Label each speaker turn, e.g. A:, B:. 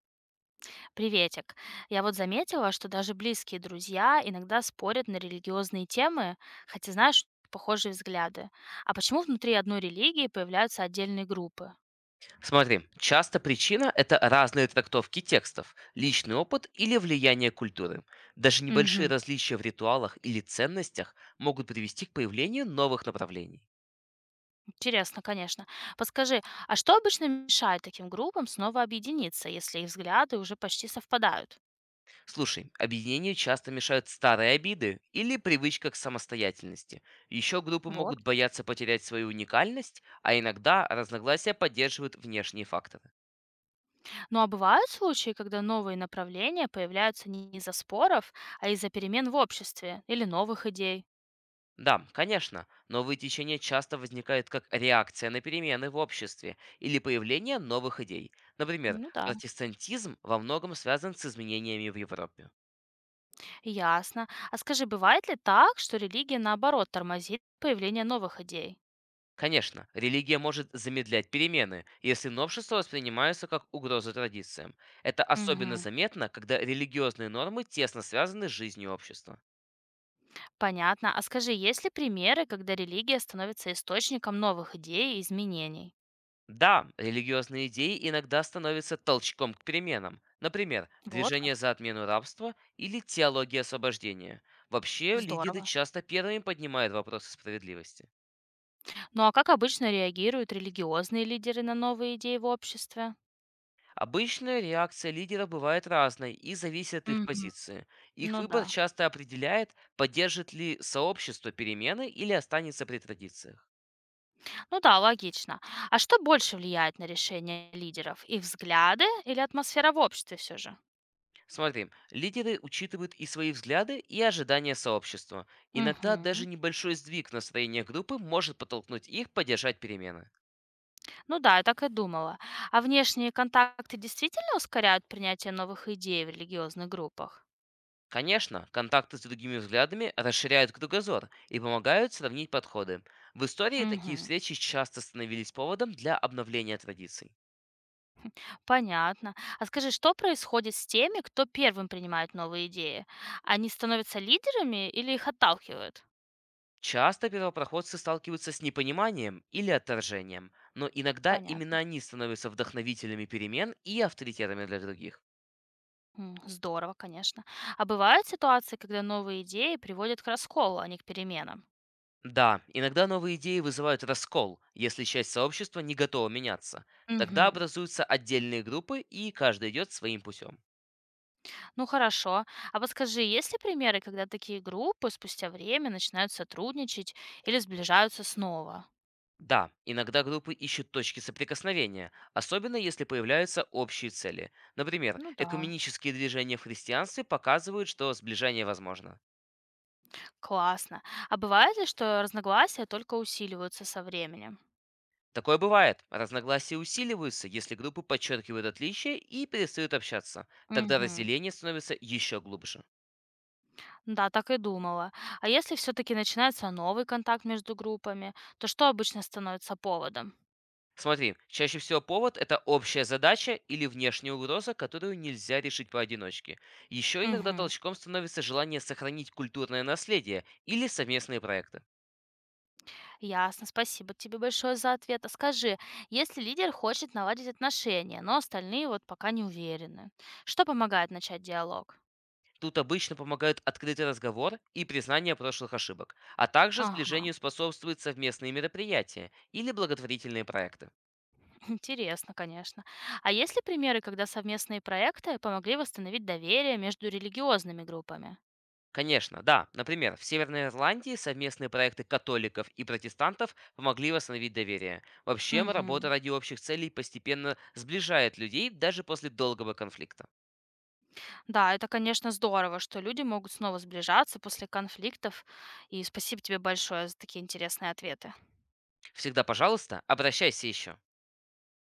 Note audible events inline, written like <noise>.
A: Приветик. Я вот заметила, что даже близкие друзья иногда спорят на религиозные темы, хотя, знаешь, похожие взгляды. А почему внутри одной религии появляются отдельные группы?
B: Смотри, часто причина– это разные трактовки текстов, личный опыт или влияние культуры. Даже небольшие
A: Угу.
B: различия в ритуалах или ценностях могут привести к появлению новых направлений.
A: Интересно, конечно. Подскажи, а что обычно мешает таким группам снова объединиться, если их взгляды уже почти совпадают?
B: Слушай, объединению часто мешают старые обиды или привычка к самостоятельности. Еще группы
A: Вот.
B: могут бояться потерять свою уникальность, а иногда разногласия поддерживают внешние факторы.
A: Ну а бывают случаи, когда новые направления появляются не из-за споров, а из-за перемен в обществе или новых идей?
B: Да, конечно, но вытечение часто возникает как реакция на перемены в обществе или появление новых идей. Например,
A: Ну да.
B: протестантизм во многом связан с изменениями в Европе.
A: Ясно. А скажи, бывает ли так, что религия, наоборот, тормозит появление новых идей?
B: Конечно, религия может замедлять перемены, если новшества воспринимаются как угроза традициям. Это особенно
A: Мгм.
B: заметно, когда религиозные нормы тесно связаны с жизнью общества.
A: Понятно. А скажи, есть ли примеры, когда религия становится источником новых идей и изменений?
B: Да, религиозные идеи иногда становятся толчком к переменам. Например,
A: Вот
B: движение
A: как.
B: за отмену рабства или теология освобождения. Вообще, лидеры
A: Здорово.
B: часто первыми поднимают вопросы справедливости.
A: Ну а как обычно реагируют религиозные лидеры на новые идеи в обществе?
B: Обычная реакция лидера бывает разной и зависит от их
A: Мгм.
B: позиции. Их
A: Ну да.
B: выбор часто определяет, поддержит ли сообщество перемены или останется при традициях.
A: Ну да, логично. А что больше влияет на решения лидеров? Их взгляды или атмосфера в обществе все же?
B: Смотри, лидеры учитывают и свои взгляды, и ожидания сообщества. Иногда даже
A: Угу.
B: небольшой сдвиг в настроениях группы может подтолкнуть их поддержать перемены.
A: Ну да, я так и думала. А внешние контакты действительно ускоряют принятие новых идей в религиозных группах?
B: Конечно, контакты с другими взглядами расширяют кругозор и помогают сравнить подходы. В истории такие
A: Мгм.
B: встречи часто становились поводом для обновления традиций.
A: Понятно. А скажи, что происходит с теми, кто первым принимает новые идеи? Они становятся лидерами или их отталкивают?
B: Часто первопроходцы сталкиваются с непониманием или отторжением, но иногда именно
A: Понятно.
B: они становятся вдохновителями перемен и авторитетами для других.
A: Здорово, конечно. А бывают ситуации, когда новые идеи приводят к расколу, а не к переменам?
B: Да, иногда новые идеи вызывают раскол, если часть сообщества не готова меняться. Тогда
A: Мгм.
B: образуются отдельные группы, и каждый идет своим путем.
A: Ну хорошо. А подскажи, есть ли примеры, когда такие группы спустя время начинают сотрудничать или сближаются снова?
B: Да, иногда группы ищут точки соприкосновения, особенно если появляются общие цели. Например,
A: Ну да,
B: экуменические движения в христианстве показывают, что сближение возможно.
A: классно. А бывает ли, что разногласия только усиливаются со временем?
B: Такое бывает. Разногласия усиливаются, если группы подчеркивают отличия и перестают общаться. Тогда
A: Угу.
B: разделение становится еще глубже.
A: Да, так и думала. А если все-таки начинается новый контакт между группами, то что обычно становится поводом?
B: Смотри, чаще всего повод– это общая задача или внешняя угроза, которую нельзя решить поодиночке. Еще иногда
A: Угу.
B: толчком становится желание сохранить культурное наследие или совместные проекты.
A: Ясно, спасибо тебе большое за ответ. А скажи, если лидер хочет наладить отношения, но остальные вот пока не уверены, что помогает начать диалог?
B: Тут обычно помогают открытый разговор и признание прошлых ошибок, а также
A: Ага.
B: сближению способствуют совместные мероприятия или благотворительные проекты.
A: <laughs> Интересно, конечно. А есть ли примеры, когда совместные проекты помогли восстановить доверие между религиозными группами?
B: Конечно, да. Например, в Северной Ирландии совместные проекты католиков и протестантов помогли восстановить доверие. Вообще, работа
A: Мгм.
B: ради общих целей постепенно сближает людей даже после долгого конфликта.
A: Да, это, конечно, здорово, что люди могут снова сближаться после конфликтов. И спасибо тебе большое за такие интересные ответы.
B: Всегда, пожалуйста, обращайся еще.